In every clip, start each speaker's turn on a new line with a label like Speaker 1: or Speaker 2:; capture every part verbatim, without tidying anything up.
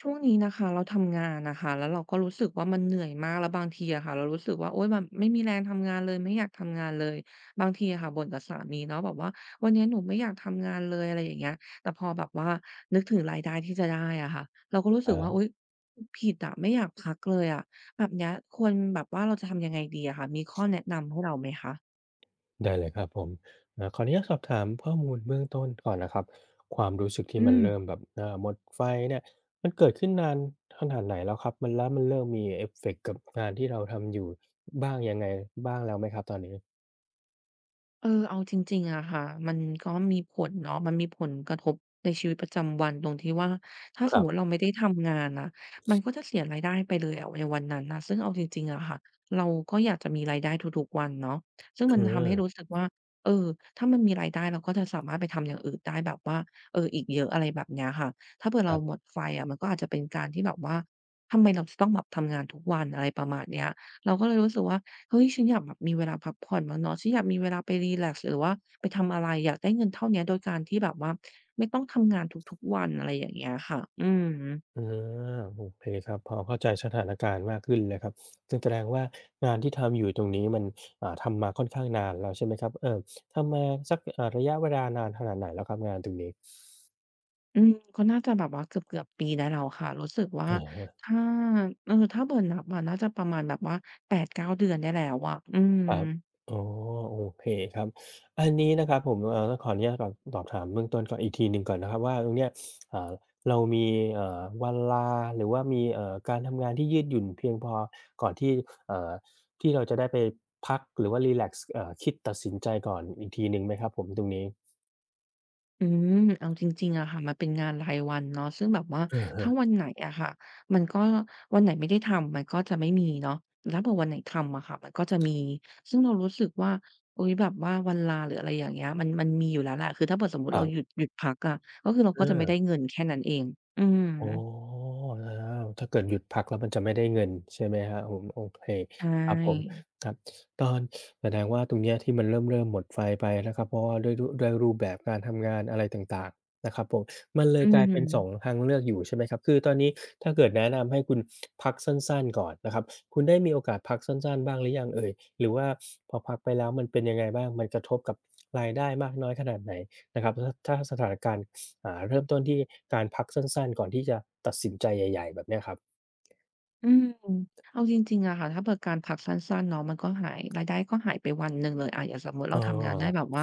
Speaker 1: ช่วงนี้นะคะเราทำงานนะคะแล้วเราก็รู้สึกว่ามันเหนื่อยมากแล้วบางทีอะค่ะเรารู้สึกว่าโอ๊ยแบบไม่มีแรงทำงานเลยไม่อยากทำงานเลยบางทีอะค่ะบ่นกับสามีเนาะแบบว่าวันนี้หนูไม่อยากทำงานเลยอะไรอย่างเงี้ยแต่พอแบบว่านึกถึงรายได้ที่จะได้อะค่ะเราก็รู้
Speaker 2: ค
Speaker 1: สึ
Speaker 2: รั
Speaker 1: กว่าโอ๊
Speaker 2: บ
Speaker 1: ยผิดอะไม่อยากพักเลยอะแบบเนี้ยควรแบบว่าเราจะทำยังไงดีอะค่ะมีข้อแนะนำให้เราไหมคะ
Speaker 2: ได้เลยครับผมเอ่าขออนุญาตสอบถามข้อมูลเบื้องต้นก่อนนะครับ ความรู้สึกที่
Speaker 1: อื
Speaker 2: มัน
Speaker 1: ม
Speaker 2: เริ่มแบบเอ่อหมดไฟเนี่ยมันเกิดขึ้นนานขนาดไหนแล้วครับมันแล้วมันเริ่มมีเอฟเฟกต์กับงานที่เราทำอยู่บ้างยังไงบ้างแล้วไหมครับตอนนี้
Speaker 1: เออเอาจริงๆอะค่ะมันก็มีผลเนาะมันมีผลกระทบในชีวิตประจำวันตรงที่ว่าถ้า
Speaker 2: ค
Speaker 1: สม
Speaker 2: รั
Speaker 1: มุติเรา
Speaker 2: บ
Speaker 1: ไม่ได้ทำงานน่ะมันก็จะเสียรายได้ไปเลยอะในวันนั้นน่ะซึ่งเอาจริงๆอะค่ะเราก็อยากจะมีรายได้ทุกๆวันเนาะซึ่งมัน
Speaker 2: อื
Speaker 1: ทำให้
Speaker 2: ม
Speaker 1: รู้สึกว่าเออถ้ามันมีรายได้เราก็จะสามารถไปทำอย่างอื่นได้แบบว่าเอออีกเยอะอะไรแบบเนี้ยค่ะถ้าเผื่อ
Speaker 2: ค
Speaker 1: เรา
Speaker 2: รั
Speaker 1: หม
Speaker 2: บ
Speaker 1: ดไฟอะมันก็อาจจะเป็นการที่แบบว่าทำไมเราจะต้องแบบทำงานทุกวันอะไรประมาณเนี้ยเราก็เลยรู้สึกว่า เฮ้ยฉันอยากแบบมีเวลาพักผ่อนบ้างเนาะฉันอยากมีเวลาไปรีแลกซ์หรือว่าไปทำอะไรอยากได้เงินเท่าเนี้ยโดยการที่แบบว่าไม่ต้องทำงานทุกๆวันอะไรอย่างเงี้ยค่ะอืม
Speaker 2: อาโอเคครับพอเข้าใจสถานการณ์มากขึ้นเลยครับซึ่งแสดงว่างานที่ทำอยู่ตรงนี้มันอ่าทำมาค่อนข้างนานแล้วใช่ไหมครับเออทำมาสักอ่าระยะเวลานานขนาดไหนแล้วครับงานตรงนี้
Speaker 1: อืมก็น่าจะแบบว่าเกือบๆปีได้แล้วค่ะรู้สึกว่าถ้าเออถ้าเผื่อนับอะน่าจะประมาณแบบว่าแปดเก้าเก้าเดือนได้แล้วอะอืม
Speaker 2: ครับอ๋อโอเคครับอันนี้นะครับผมเอ่อต้องขออนุญาตก่อนสอบถามเบื้องต้นก่อนอีกทีหนึ่งก่อนนะครับว่าตรงเนี้ยอ่าเรามีเอ่อวันลาหรือว่ามีเอ่อการทำงานที่ยืดหยุ่นเพียงพอก่อนที่เอ่อที่เราจะได้ไปพักหรือว่ารีแลกซ์เอ่อคิดตัดสินใจก่อนอีกทีหนึ่งไหมครับผมตรงนี้
Speaker 1: อืมเอาจริงๆอะค่ะมันเป็นงานรายวันเนาะซึ่งแบบว่า
Speaker 2: อะ
Speaker 1: ถ้า
Speaker 2: ฮะ
Speaker 1: วันไหนอะค่ะมันก็วันไหนไม่ได้ทำมันก็จะไม่มีเนาะแล้วพอวันไหนทำอะค่ะมันก็จะมีซึ่งเรารู้สึกว่าอุ๊ยแบบว่าวันลาหรืออะไรอย่างเงี้ยมันมันมีอยู่แล้วแหละคือถ้าเผื่อสมมุติ
Speaker 2: ค
Speaker 1: เรา
Speaker 2: รั
Speaker 1: หยุด
Speaker 2: บ
Speaker 1: หยุดพักอะก็คือเรา
Speaker 2: เอ
Speaker 1: ก็จะไม่ได้
Speaker 2: อ
Speaker 1: เงินแค่นั้นเองอืม
Speaker 2: อ๋ออาถ้าเกิดหยุดพักแล้วมันจะไม่ได้เงินใช่ไหมครับผมโอเค
Speaker 1: ใช
Speaker 2: ครับผม
Speaker 1: ่
Speaker 2: ครับตอนแสดงว่าตรงเนี้ยที่มันเริ่มเริ่มหมดไฟไปนะครับเพราะว่าด้วยด้วยด้วยรูปแบบการทำงานอะไรต่างๆนะครับผมมันเล
Speaker 1: อื
Speaker 2: ยกลายเป็นสอง
Speaker 1: ม
Speaker 2: ทางเลือกอยู่ใช่ไหมครับคือตอนนี้ถ้าเกิดแนะนำให้คุณพักสั้นๆก่อนนะครับคุณได้มีโอกาสพักสั้นๆบ้างหรือยังเอ่ยหรือว่าพอพักไปแล้วมันเป็นยังไงบ้างมันกระทบกับรายได้มากน้อยขนาดไหนนะครับถ้าถ้าสถานการณ์ อ่าเริ่มต้นที่การพักสั้นๆก่อนที่จะตัดสินใจใหญ่ๆแบบเนี้ยครับ
Speaker 1: อืมเอาจริงๆอะค่ะถ้าเผื่อการพักสั้นๆเนาะมันก็หายรายได้ก็หายไปวันหนึ่งเลยอะอย่างสมมุติ
Speaker 2: อ้
Speaker 1: เรา
Speaker 2: อ
Speaker 1: ทำงานได้แบบว่า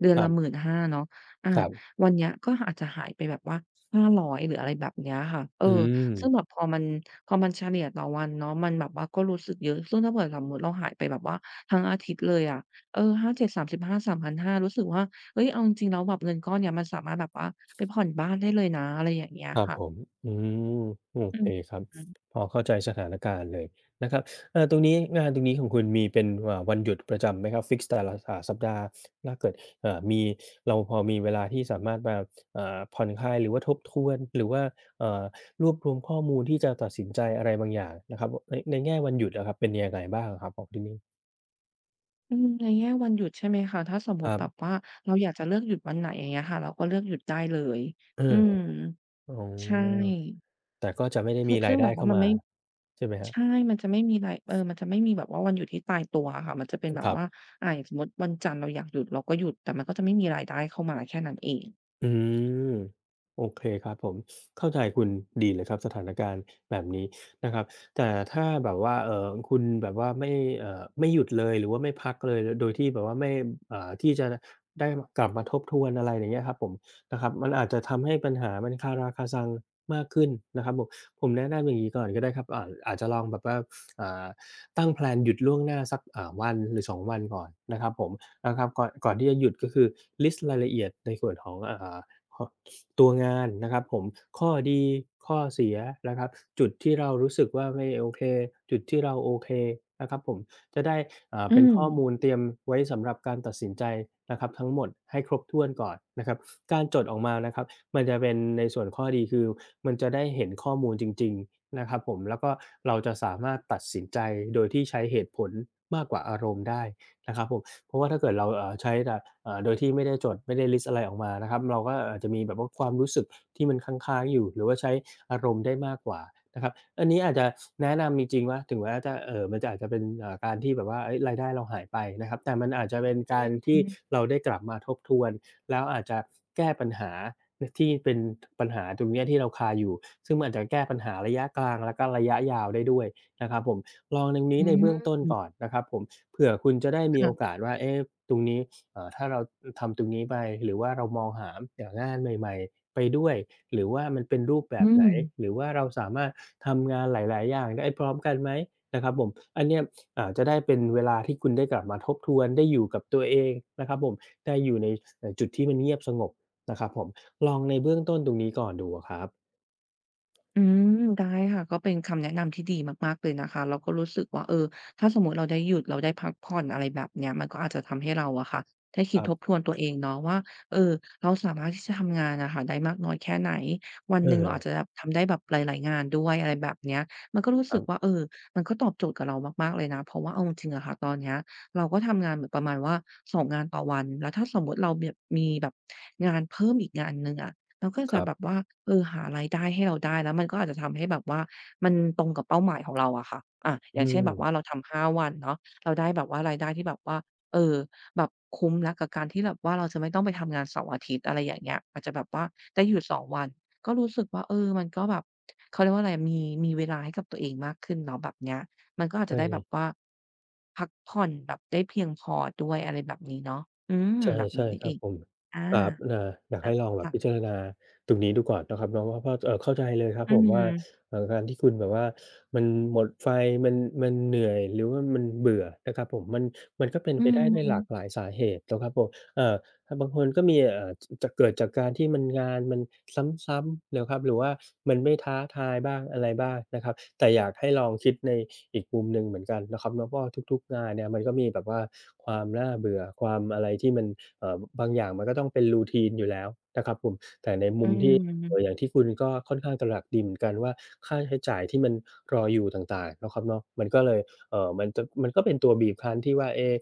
Speaker 1: เดือ
Speaker 2: ค
Speaker 1: น
Speaker 2: รั
Speaker 1: ละ
Speaker 2: บ
Speaker 1: หมื่นห้าเนาะอา
Speaker 2: ครับ
Speaker 1: วันเนี้ยก็อาจจะหายไปแบบว่าห้าร้อยหรืออะไรแบบเนี้ยค่ะเออ
Speaker 2: อืม
Speaker 1: ซึ่งแบบพอมันพอมันเฉลี่ยต่อวันเนาะมันแบบว่าก็รู้สึกเยอะซึ่งถ้าเผื่อสมมุติเราหายไปแบบว่าทั้งอาทิตย์เลยอะเออห้าเจ็ดสามสิบห้าสามพันห้ารู้สึกว่าเฮ้ยเอาจริงๆแล้วแบบเงินก้อนเนี้ยมันสามารถแบบว่าไปผ่อนบ้านได้เลยนะอะไรอย่างเงี้ย
Speaker 2: ครับ
Speaker 1: ค่ะ
Speaker 2: ผมอืมโอ
Speaker 1: อื
Speaker 2: เคครับ
Speaker 1: ม
Speaker 2: พอเข้าใจสถานการณ์เลยนะครับเอ่อตรงนี้งานตรงนี้ของคุณมีเป็นอ่าวันหยุดประจำไหมครับฟิกซ์แต่ละอ่าสัปดาห์ถ้าเกิดเอ่อมีเราพอมีเวลาที่สามารถมาอ่าผ่อนคลายหรือว่าทบทวนหรือว่าเอ่อรวบรวมข้อมูลที่จะตัดสินใจอะไรบางอย่างนะครับในในแง่วันหยุดอะครับเป็นยังไงบ้างอะครับของที่นี่
Speaker 1: อืมในแง่วันหยุดใช่ไหมคะถ้าสม
Speaker 2: ค
Speaker 1: มุติ
Speaker 2: รั
Speaker 1: แบบ
Speaker 2: บ
Speaker 1: ว่าเราอยากจะเลือกหยุดวันไหนอย่างเงี้ยค่ะเราก็เลือกหยุดได้เลย
Speaker 2: เออ
Speaker 1: อืม
Speaker 2: อ๋
Speaker 1: ใช
Speaker 2: อ
Speaker 1: ่
Speaker 2: แต่ก็จะไม่ได้
Speaker 1: คือ
Speaker 2: มีรา
Speaker 1: ซึ่
Speaker 2: ย
Speaker 1: งแบ
Speaker 2: ได้
Speaker 1: บว่า
Speaker 2: เข้า
Speaker 1: มัน
Speaker 2: มา
Speaker 1: ไม่
Speaker 2: ใช่ไหมครับ
Speaker 1: ใช่มันจะไม่มีไรเออมันจะไม่มีแบบว่าวันหยุดที่ตายตัวอะค่ะมันจะเป็นแบ
Speaker 2: ค
Speaker 1: บ
Speaker 2: รั
Speaker 1: ว่า
Speaker 2: บ
Speaker 1: อ่าอย่างสมมุติวันจันทร์เราอยากหยุดเราก็หยุดแต่มันก็จะไม่มีรายได้เข้ามาแค่นั้นเอง
Speaker 2: อืมโอเคครับผมเข้าใจคุณดีเลยครับสถานการณ์แบบนี้นะครับแต่ถ้าแบบว่าเออคุณแบบว่าไม่เออไม่หยุดเลยหรือว่าไม่พักเลยโดยที่แบบว่าไม่เอ่อที่จะได้กลับมาทบทวนอะไรอย่างเงี้ยครับผมนะครับมันอาจจะทำให้ปัญหามันคาราคาซังมากขึ้นนะครับผมผมแนะนำอย่างนี้ก่อนก็ได้ครับอาอาจจะลองแบบว่าอ่าตั้งแพลนหยุดล่วงหน้าสักอ่าวันหรือสองวันก่อนนะครับผม นะครับก่อนก่อนที่จะหยุดก็คือลิสต์รายละเอียดในส่วนของอ่าขอตัวงานนะครับผมข้อดีข้อเสียนะครับจุดที่เรารู้สึกว่าไม่โอเคจุดที่เราโอเคนะครับผมจะได้อ่า
Speaker 1: อื
Speaker 2: เป็น
Speaker 1: ม
Speaker 2: ข้อมูลเตรียมไว้สำหรับการตัดสินใจนะครับทั้งหมดให้ครบถ้วนก่อนนะครับการจดออกมานะครับมันจะเป็นในส่วนข้อดีคือมันจะได้เห็นข้อมูลจริงๆนะครับผมแล้วก็เราจะสามารถตัดสินใจโดยที่ใช้เหตุผลมากกว่าอารมณ์ได้ นะครับผมเพราะว่าถ้าเกิดเราเอ่อใช้แต่เอ่อโดยที่ไม่ได้จดไม่ได้ลิสต์อะไรออกมานะครับเราก็อาจจะมีแบบว่าความรู้สึกที่มันค้างๆอยู่หรือว่าใช้อารมณ์ได้มากกว่านะครับอันนี้อาจจะแนะนำจริงๆว่าถึงแม้จะเอ่อมันจะอาจจะเป็นเอ่อการที่แบบว่าเฮ้ยรายได้เราหายไปนะครับแต่มันอาจจะเป็นการ
Speaker 1: อ
Speaker 2: ที่เราได้กลับมาทบทวนแล้วอาจจะแก้ปัญหานที่เป็นปัญหาตรงเนี้ยที่เราคาอยู่ซึ่งมันอาจจะแก้ปัญหาระยะกลางแล้วก็ระยะยาวได้ด้วยนะครับผมลองตรงนี้
Speaker 1: ื
Speaker 2: ใน
Speaker 1: อฮึ
Speaker 2: เบื้องต้น
Speaker 1: อืม
Speaker 2: ก่อนนะครับผม เผื่อคุณจะได้มีโอ
Speaker 1: ค่ะ
Speaker 2: กาสว่าเอ๊ะตรงนี้เอ่อถ้าเราทำตรงนี้ไปหรือว่าเรามองหาหางานใหม่ๆไปด้วยหรือว่ามันเป็นรูปแบ
Speaker 1: อื
Speaker 2: บไห
Speaker 1: ม
Speaker 2: นหรือว่าเราสามารถทำงานหลายๆอย่างได้พร้อมกันไหมนะครับผมอันเนี้ยอ่าจะได้เป็นเวลาที่คุณได้กลับมาทบทวนได้อยู่กับตัวเองนะครับผมได้อยู่ในเอ่อจุดที่มันเงียบสงบนะครับผมลองในเบื้องต้นตรงนี้ก่อนดูอะครับ
Speaker 1: อืมได้ค่ะก็เป็นคำแนะนำที่ดีมากๆเลยนะคะเราก็รู้สึกว่าเออถ้าสมมติเราได้หยุดเราได้พักผ่อนอะไรแบบเนี้ยมันก็อาจจะทำให้เราอะค่ะได้
Speaker 2: ค
Speaker 1: คิด
Speaker 2: รั
Speaker 1: ทบท
Speaker 2: บ
Speaker 1: วนตัวเองเนาะว่าเออเราสามารถที่จะทำงานอะค่ะได้มากน้อยแค่ไหนวัน
Speaker 2: เอ
Speaker 1: หนึ่งเราอา
Speaker 2: อ
Speaker 1: จจะแบบทำได้แบบหลายๆงานด้วยอะไรแบบเนี้ยมันก็รู้
Speaker 2: ค
Speaker 1: สึกว่า
Speaker 2: รับ
Speaker 1: เออมันก็ตอบโจทย์กับเรามากๆเลยนะเพราะว่าเอาจริงๆอะค่ะตอนเนี้ยเราก็ทำงานเหมือนประมาณว่าสองงงานต่อวันแล้วถ้าสมมุติเราแบบมีแบบงานเพิ่มอีกงานหนึ่งอะ เราก็
Speaker 2: ค
Speaker 1: จะ
Speaker 2: รั
Speaker 1: แบบ
Speaker 2: บ
Speaker 1: ว่าเออหารายได้ให้เราได้แล้วมันก็อาจจะทำให้แบบว่ามันตรงกับเป้าหมายของเราอะค่ะอาอย่า
Speaker 2: อื
Speaker 1: งเช่น
Speaker 2: ม
Speaker 1: แบบว่าเราทำห้าวันเนาะเราได้แบบว่ารายได้ที่แบบว่าเออแบบคุ้มแล้วกับการที่แบบว่าเราจะไม่ต้องไปทำงานเสาร์อาทิตย์อะไรอย่างเงี้ยอาจจะแบบว่าได้หยุดสองวันก็รู้สึกว่าเออมันก็แบบเขาเรียกว่าอะไรมีมีเวลาให้กับตัวเองมากขึ้นเนาะแบบเนี้ยมันก็อาจจะ
Speaker 2: ใช่
Speaker 1: ได้แบบว่าพักผ่อนแบบได้เพียงพอด้วยอะไรแบบนี้เนาะอืม
Speaker 2: ใช่
Speaker 1: แบบ
Speaker 2: ใช่
Speaker 1: นี้นี่
Speaker 2: ค
Speaker 1: เอ
Speaker 2: รับ
Speaker 1: ง
Speaker 2: ผม
Speaker 1: อา
Speaker 2: ครับอาอยาก
Speaker 1: อ
Speaker 2: ให้ลองแบบ
Speaker 1: ค่ะ
Speaker 2: พิจารณาตรงนี้ดูก่อนนะครับเนาะว่าว่าะเอ่อเข้าใจเลยครับ
Speaker 1: อื
Speaker 2: ผมว่า
Speaker 1: ม
Speaker 2: เอ่อการที่คุณแบบว่ามันหมดไฟมันมันเหนื่อยหรือว่ามันเบื่อนะครับผมมันมันก็เป็น
Speaker 1: อื
Speaker 2: ไปได้ด้วยหลากห
Speaker 1: ม
Speaker 2: ลายสาเหตุนะครับผมเอ่อบางคนก็มีเอ่อ จะเกิดจากการที่มันงานมันซ้ำๆนะครับหรือว่ามันไม่ท้าทายบ้างอะไรบ้างนะครับแต่อยากให้ลองคิดในอีกมุมหนึ่งเหมือนกันนะครับเนาะเพราะว่าทุกๆงานเนี่ยมันก็มีแบบว่าความน่าเบื่อความอะไรที่มันเอ่อบางอย่างมันก็ต้องเป็น routine อยู่แล้วนะครับผมแต่ใน
Speaker 1: อื
Speaker 2: เอ่ออ
Speaker 1: ม
Speaker 2: ย่างที่คุณก็ค่อนข้างตระหนักดีเหมือนกันว่าค่าใช้จ่ายที่มันรออยู่ต่างๆเนาะครับเนาะมันก็เลยเอ่อมันจะมันก็เป็นตัวบีบคั้นที่ว่าเอ๊ว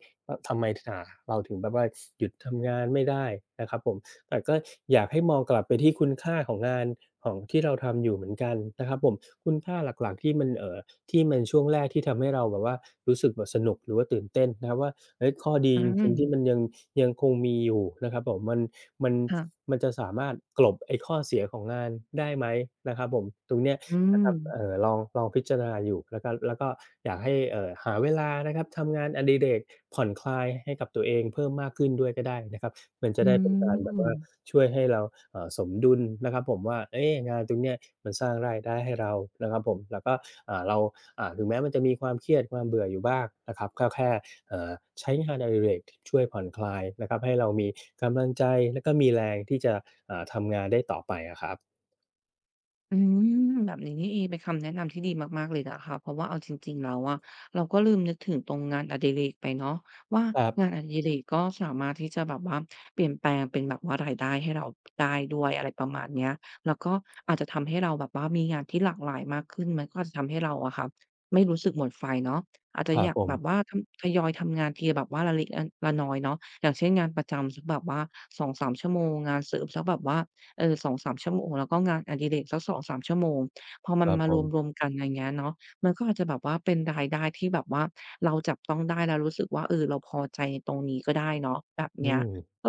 Speaker 2: ทำไมถอ่าเราถึงแบบว่าหยุดทำงานไม่ได้นะครับผมแต่ก็อยากให้มองกลับไปที่คุณค่าของงานของที่เราทำอยู่เหมือนกันนะครับผมคุณค่าหลักๆที่มันเอ่อที่มันช่วงแรกที่ทำให้เราแบบว่ารู้สึกแบบสนุกหรือว่าตื่นเต้นนะครับว่าเฮ้ยข้อดี
Speaker 1: อ
Speaker 2: จริงๆ
Speaker 1: ม
Speaker 2: ที่มันยังยังคงมีอยู่นะครับผมมัน มัน
Speaker 1: ค่ะ
Speaker 2: มันจะสามารถกลบไอ้ข้อเสียของงานได้ไหมนะครับผมตรงเนี้ย
Speaker 1: อื
Speaker 2: นะค
Speaker 1: ม
Speaker 2: รับเอ่อลองลองพิจารณาอยู่แล้วก็แล้วก็อยากให้เอ่อหาเวลานะครับทำงานอดิเรกผ่อนคลายให้กับตัวเองเพิ่มมากขึ้นด้วยก็ได้นะครับมันจะ
Speaker 1: อื
Speaker 2: ได้เป็นการแบบว่า
Speaker 1: ม
Speaker 2: ช่วยให้เราเอ่อสมดุลนะครับผมว่าเอ๊ะงานตรงเนี้ยมันสร้างรายได้ให้เรานะครับผมแล้วก็อ่าเราอ่าถึงแม้มันจะมีความเครียดความเบื่ออยู่บ้างนะครับก็แค่ เอ่อใช้งานอดิเรกที่ช่วยผ่อนคลายนะครับให้เรามีกำลังใจและก็มีแรงที่จะเอ่อทำงานได้ต่อไปอะครับ
Speaker 1: อืมแบบนี้นี่เองเป็นคำแนะนำที่ดีมากๆเลยนะคะเพราะว่าเอาจริงๆแล้วอะเราก็ลืมนึกถึงตรงงานอดิเรกไปเนาะว่า
Speaker 2: ครั
Speaker 1: งานอ
Speaker 2: บ
Speaker 1: ดิเรกก็สามารถที่จะแบบว่าเปลี่ยนแปลงเป็นแบบว่ารายได้ให้เราได้ด้วยอะไรประมาณเนี้ยแล้วก็อาจจะทำให้เราแบบว่ามีงานที่หลากหลายมากขึ้นมันก็อาจจะทำให้เราอะค่ะไม่รู้สึกหมดไฟเนาะอาจจะ
Speaker 2: ครั
Speaker 1: อ
Speaker 2: บ
Speaker 1: ยาก
Speaker 2: ผ
Speaker 1: แบบว่า
Speaker 2: ม
Speaker 1: ทำทยอยทำงานทีแบบว่าละเล็กละละน้อยเนาะอย่างเช่นงานประจำสักแบบว่าสองสามชั่วโมงงานเสริมสักแบบว่า เออสองถึงสามชั่วโมงแล้วก็งานอดิเรกสักสองถึงสามชั่วโมงพอ
Speaker 2: ค
Speaker 1: มัน
Speaker 2: รับ
Speaker 1: มา
Speaker 2: ผ
Speaker 1: รวม
Speaker 2: ม
Speaker 1: ๆกันอย่างเงี้ยเนาะมันก็อาจจะแบบว่าเป็นรายได้ที่แบบว่าเราจับต้องได้แล้วรู้สึกว่าเออเราพอใจในตรงนี้ก็ได้เนาะแบบ
Speaker 2: อื
Speaker 1: เนี้ย
Speaker 2: ม
Speaker 1: เออ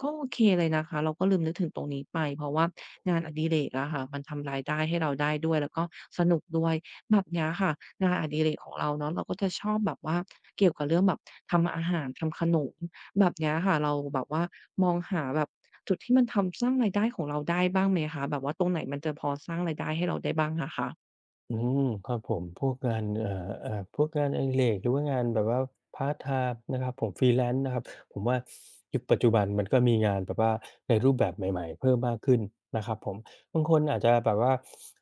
Speaker 1: ก็โอเคเลยนะคะเราก็ลืมนึกถึงตรงนี้ไปเพราะว่างานอดิเรกอะค่ะมันทำรายได้ให้เราได้ด้วยแล้วก็สนุกด้วยแบบเนี้ยค่ะงานอดิเรกของเราเนาะเราก็จะชอบแบบว่าเกี่ยวกับเรื่องแบบทำอาหารทำขนม แบบเนี้ยค่ะเราแบบว่ามองหาแบบจุดที่มันทำสร้างรายได้ของเราได้บ้างไหมคะแบบว่าตรงไหนมันจะพอสร้างรายได้ให้เราได้บ้างอะคะ
Speaker 2: อืมครับผมพวกงานเอ่อเอ่อพวกงานอดิเรกหรือว่างานแบบว่าพาร์ทไทม์นะครับผมฟรีแลนซ์นะครับผมว่ายุคปัจจุบันมันก็มีงานแบบว่าในรูปแบบใหม่ๆเพิ่มมากขึ้นนะครับผมบางคนอาจจะแบบว่า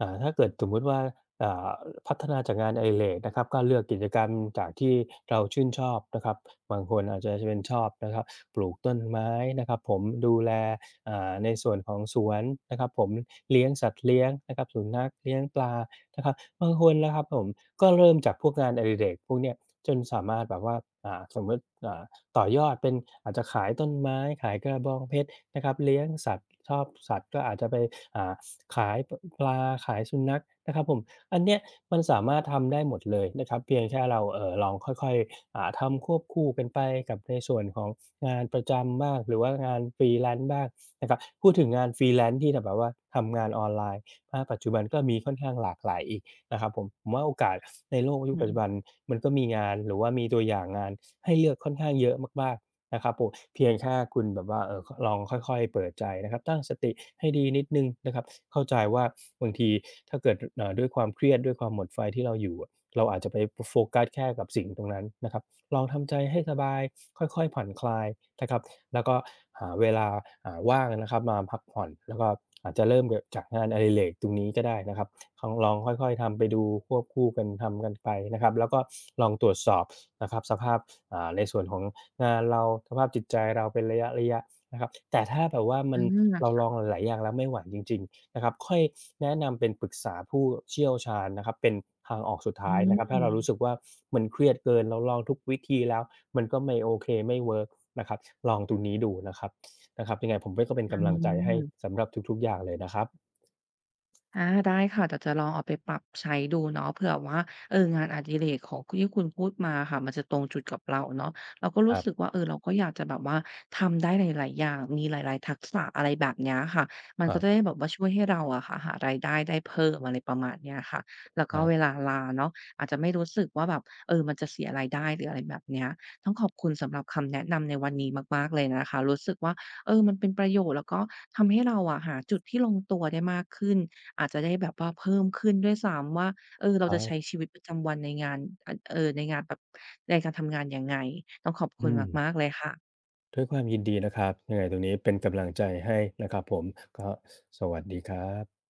Speaker 2: อ่าถ้าเกิดสมมุติว่าอ่าพัฒนาจากงานอดิเรกนะครับก็เลือกกิจกรรมจากที่เราชื่นชอบนะครับบางคนอาจจะจะเป็นชอบนะครับปลูกต้นไม้นะครับผมดูแลอ่าในส่วนของสวนนะครับผมเลี้ยงสัตว์เลี้ยงนะครับสุนัขเลี้ยงปลานะครับ บางคนนะครับผมก็เริ่มจากพวกงานอดิเรกพวกเนี้ยจนสามารถแบบว่าอ่าสมมติอ่าต่อยอดเป็นอาจจะขายต้นไม้ขายกระบองเพชรนะครับเลี้ยงสัตว์ชอบสัตว์ก็อาจจะไปอ่าขายปปลาขายสุนัขนะครับผมอันเนี้ยมันสามารถทำได้หมดเลยนะครับเพียงแค่เราเอ่อลองค่อยๆอ่าทำควบคู่กันไปกับในส่วนของงานประจำบ้างหรือว่างาน freelance บ้างนะครับพูดถึงงาน freelance ที่แบบว่าทำงานออนไลน์ณปัจจุบันก็มีค่อนข้างหลากหลายอีก นะครับผมผมว่าโอกาส ในโลกยุ
Speaker 1: อื
Speaker 2: คปัจจุบัน
Speaker 1: ม
Speaker 2: มันก็มีงานหรือว่ามีตัวอย่างงานให้เลือกค่อนข้างเยอะมากๆนะครับผมเพียงแค่คุณแบบว่าเอ่อคลองค่อยๆเปิดใจนะครับตั้งสติให้ดีนิดหนึ่งนะครับเข้าใจว่าบางทีถ้าเกิดเอ่อด้วยความเครียดด้วยความหมดไฟที่เราอยู่อะเราอาจจะไปปโฟกัสแค่กับสิ่งตรงนั้นนะครับลองทำใจให้สบายค่อยๆผ่อนคลายนะครับแล้วก็หาเวลาอ่าว่างนะครับมาพักผ่อนแล้วก็อาจจะเริ่มแบบจากงานอดิเรกตรงนี้ก็ได้นะครับ คองลองค่อยๆทำไปดูควบคู่กันทำกันไปนะครับแล้วก็ลองตรวจสอบนะครับสภาพอ่าในส่วนของงานเราสภาพจิตใจเราเป็นระยะๆนะครับแต่ถ้าแบบว่ามั
Speaker 1: อา
Speaker 2: นเราลอง
Speaker 1: ค่ะ
Speaker 2: หลายๆอย่างแล้วไม่ไหวจริงๆนะครับค่อยแนะนำเป็นปรึกษาผู้เชี่ยวชาญนะครับเป็นทางออกสุด
Speaker 1: อื
Speaker 2: ท้ายนะครับถ้าเรารู้
Speaker 1: ม
Speaker 2: สึกว่ามันเครียดเกินเราลองทุกวิธีแล้วมันก็ไม่โอเคไม่เวิร์กนะครับลองตรงนี้ดูนะครับนะครับยังไงผมเป็นก็เป็น
Speaker 1: อื
Speaker 2: กำลังใจให้
Speaker 1: ม
Speaker 2: สำหรับทุกๆอย่างเลยนะครับ
Speaker 1: อาได้ค่ะเดี๋ยวจะลองเอาไปปรับใช้ดูเนาะเผื่อว่าเอองานอดิเรกของที่คุณพูดมาค่ะมันจะตรงจุดกับเราเนาะเราก็
Speaker 2: ค
Speaker 1: รู้
Speaker 2: รั
Speaker 1: สึก
Speaker 2: บ
Speaker 1: ว่าเออเราก็อยากจะแบบว่าทำได้หลายๆอย่างมีหลายๆทักษะอะไรแบบเนี้ยค่ะมัน
Speaker 2: ค
Speaker 1: ก็
Speaker 2: รั
Speaker 1: จะ
Speaker 2: บ
Speaker 1: ได้แบบว่าช่วยให้เราอะค่ะหารายได้ได้เพิ่มอะไรประมาณเนี้ยค่ะแล้ว
Speaker 2: ค
Speaker 1: ก็
Speaker 2: รั
Speaker 1: เว
Speaker 2: บ
Speaker 1: ลาลาเนาะอาจจะไม่รู้สึกว่าแบบเออมันจะเสียรายได้หรืออะไรแบบเนี้ยต้องขอบคุณสำหรับคำแนะนำในวันนี้มากๆเลยนะคะรู้สึกว่า เออมันเป็นประโยชน์แล้วก็ทำให้เราอะหาจุดที่ลงตัวได้มากขึ้นอาจจะได้แบบว่าเพิ่มขึ้นด้วยซ้ำว่าเออเรา
Speaker 2: ครั
Speaker 1: จะใช้
Speaker 2: บ
Speaker 1: ชีวิตประจำวันในงานอเอ่อในงานแบบในการทำงานยังไงต้องขอบคุณ
Speaker 2: อืม
Speaker 1: มากๆเลยค่ะ
Speaker 2: ด้วยความยินดีนะครับยังไงตรงนี้เป็นกำลังใจให้นะครับผมก็สวัสดีครับ